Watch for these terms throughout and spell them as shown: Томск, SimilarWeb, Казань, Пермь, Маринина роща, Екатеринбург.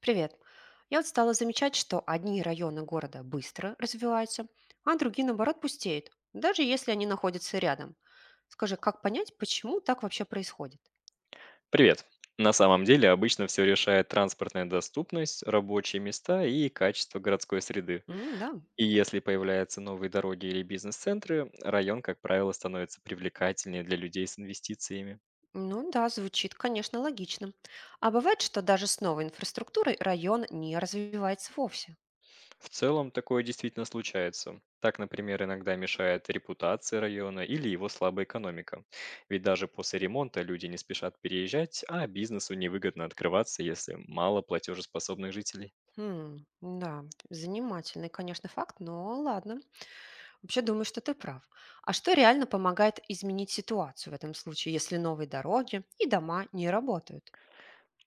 Привет. Я вот стала замечать, что одни районы города быстро развиваются, а другие, наоборот, пустеют, даже если они находятся рядом. Скажи, как понять, почему так вообще происходит? Привет. На самом деле обычно все решает транспортная доступность, рабочие места и качество городской среды. М, да. И если появляются новые дороги или бизнес-центры, район, как правило, становится привлекательнее для людей с инвестициями. Ну да, звучит, конечно, логично. А бывает, что даже с новой инфраструктурой район не развивается вовсе. В целом такое действительно случается. Так, например, иногда мешает репутация района или его слабая экономика. Ведь даже после ремонта люди не спешат переезжать, а бизнесу невыгодно открываться, если мало платежеспособных жителей. Хм, да, занимательный, конечно, факт, но ладно. Вообще думаю, что ты прав. А что реально помогает изменить ситуацию в этом случае, если новые дороги и дома не работают?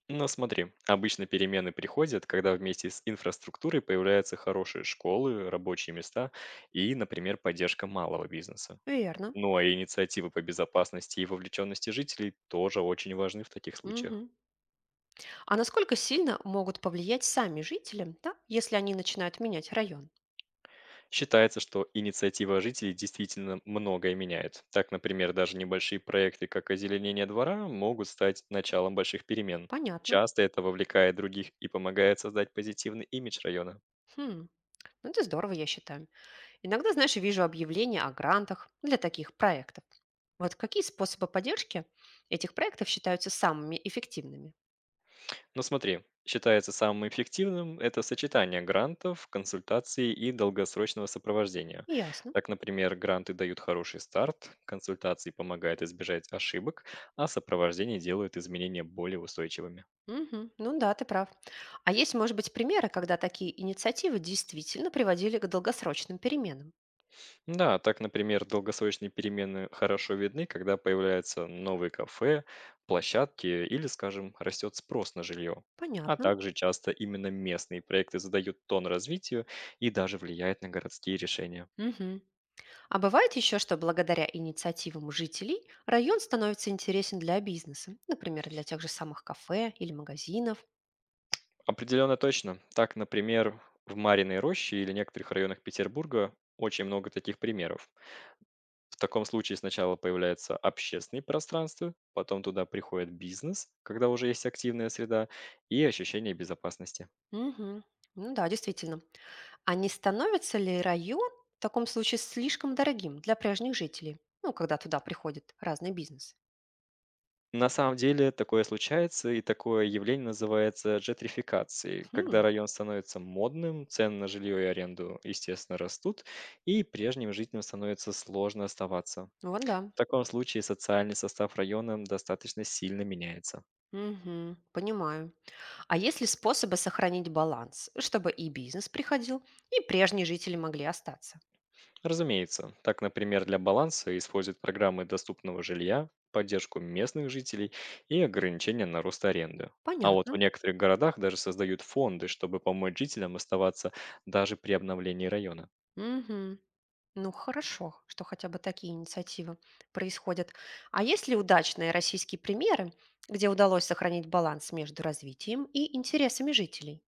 Но смотри, обычно перемены приходят, когда вместе с инфраструктурой появляются хорошие школы, рабочие места и, например, поддержка малого бизнеса. Верно. Ну, а инициативы по безопасности и вовлеченности жителей тоже очень важны в таких случаях. Мгм. А насколько сильно могут повлиять сами жители, да, если они начинают менять район? Считается, что инициатива жителей действительно многое меняет. Так, например, даже небольшие проекты, как озеленение двора, могут стать началом больших перемен. Понятно. Часто это вовлекает других и помогает создать позитивный имидж района. Хм. Ну, это здорово, я считаю. Иногда, знаешь, вижу объявления о грантах для таких проектов. Вот какие способы поддержки этих проектов считаются самыми эффективными? Ну смотри, считается самым эффективным это сочетание грантов, консультаций и долгосрочного сопровождения. Ясно. Так, например, гранты дают хороший старт, консультации помогают избежать ошибок, а сопровождение делает изменения более устойчивыми. Мгм. Ну да, ты прав. А есть, может быть, примеры, когда такие инициативы действительно приводили к долгосрочным переменам? Да, так, например, долгосрочные перемены хорошо видны, когда появляются новые кафе, площадки или, скажем, растет спрос на жилье. А Понятно. также часто именно местные проекты задают тон развитию и даже влияют на городские решения. Мгм. А бывает еще, что благодаря инициативам жителей район становится интересен для бизнеса, например, для тех же самых кафе или магазинов. Определенно точно. Так, например, в Мариной роще или некоторых районах Петербурга очень много таких примеров. В таком случае сначала появляется общественное пространство, потом туда приходит бизнес, когда уже есть активная среда, и ощущение безопасности. Мгм. Ну да, действительно. А не становится ли район в таком случае слишком дорогим для прежних жителей? Ну, когда туда приходят разные бизнесы. На самом деле такое случается, и такое явление называется джетрификацией, когда Хм, район становится модным, цены на жилье и аренду, естественно, растут, и прежним жителям становится сложно оставаться. вот да. В таком случае социальный состав района достаточно сильно меняется. Мгм, понимаю. А есть ли способы сохранить баланс, чтобы и бизнес приходил, и прежние жители могли остаться? Разумеется, так, например, для баланса используют программы доступного жилья, поддержку местных жителей и ограничения на рост аренды. А вот в Понятно. некоторых городах даже создают фонды, чтобы помочь жителям оставаться даже при обновлении района. Мгм. Ну хорошо, что хотя бы такие инициативы происходят. А есть ли удачные российские примеры, где удалось сохранить баланс между развитием и интересами жителей?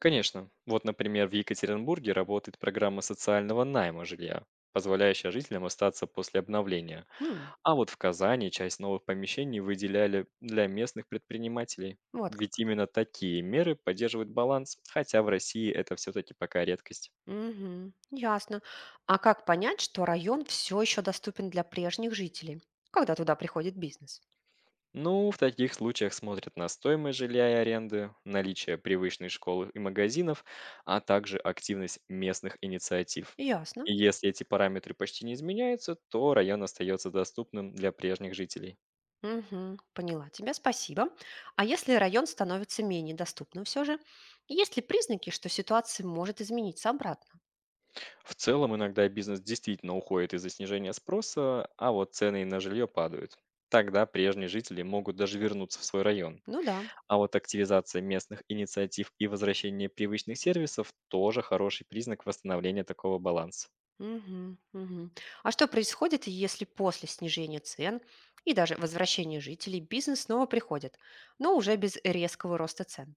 Конечно. Вот, например, в Екатеринбурге работает программа социального найма жилья, позволяющая жителям остаться после обновления. Хм, А вот в Казани часть новых помещений выделяли для местных предпринимателей. вот Ведь как. именно такие меры поддерживают баланс, хотя в России это все-таки пока редкость. Мгм, ясно. А как понять, что район все еще доступен для прежних жителей, когда туда приходит бизнес? Ну, в таких случаях смотрят на стоимость жилья и аренды, наличие привычной школы и магазинов, а также активность местных инициатив. Ясно. И если эти параметры почти не изменяются, то район остается доступным для прежних жителей. Мгм, поняла тебя, спасибо. А если район становится менее доступным все же, есть ли признаки, что ситуация может измениться обратно? В целом, иногда бизнес действительно уходит из-за снижения спроса, а вот цены на жилье падают. Тогда прежние жители могут даже вернуться в свой район. Ну да. А вот активизация местных инициатив и возвращение привычных сервисов тоже хороший признак восстановления такого баланса. Мгм, мгм. А что происходит, если после снижения цен и даже возвращения жителей бизнес снова приходит, но уже без резкого роста цен?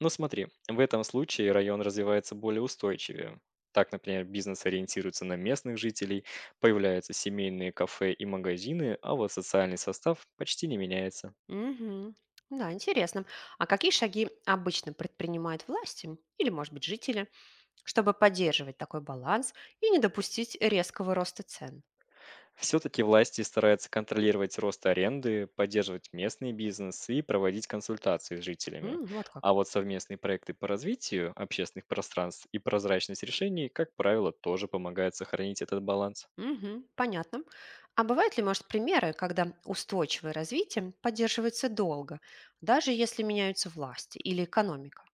Ну смотри, в этом случае район развивается более устойчивее. Так, например, бизнес ориентируется на местных жителей, появляются семейные кафе и магазины, а вот социальный состав почти не меняется. Мгм. Да, интересно. А какие шаги обычно предпринимают власти или, может быть, жители, чтобы поддерживать такой баланс и не допустить резкого роста цен? Все-таки власти стараются контролировать рост аренды, поддерживать местный бизнес и проводить консультации с жителями. М, вот как. А вот совместные проекты по развитию общественных пространств и прозрачность решений, как правило, тоже помогают сохранить этот баланс. Мгм, понятно. А бывают ли, может, примеры, когда устойчивое развитие поддерживается долго, даже если меняются власти или экономика?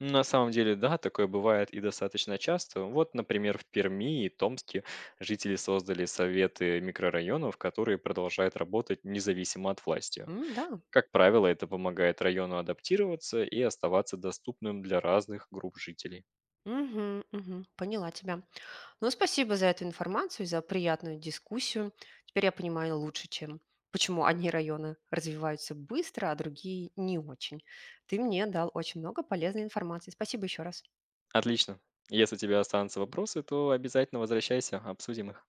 На самом деле, да, такое бывает и достаточно часто. Вот, например, в Перми и Томске жители создали советы микрорайонов, которые продолжают работать независимо от власти. М, да. Как правило, это помогает району адаптироваться и оставаться доступным для разных групп жителей. Мгм, мгм. Поняла тебя. Ну, спасибо за эту информацию, и за приятную дискуссию. Теперь я понимаю лучше, чем почему одни районы развиваются быстро, а другие не очень. Ты мне дал очень много полезной информации. Спасибо еще раз. Отлично. Если у тебя останутся вопросы, то обязательно возвращайся, обсудим их.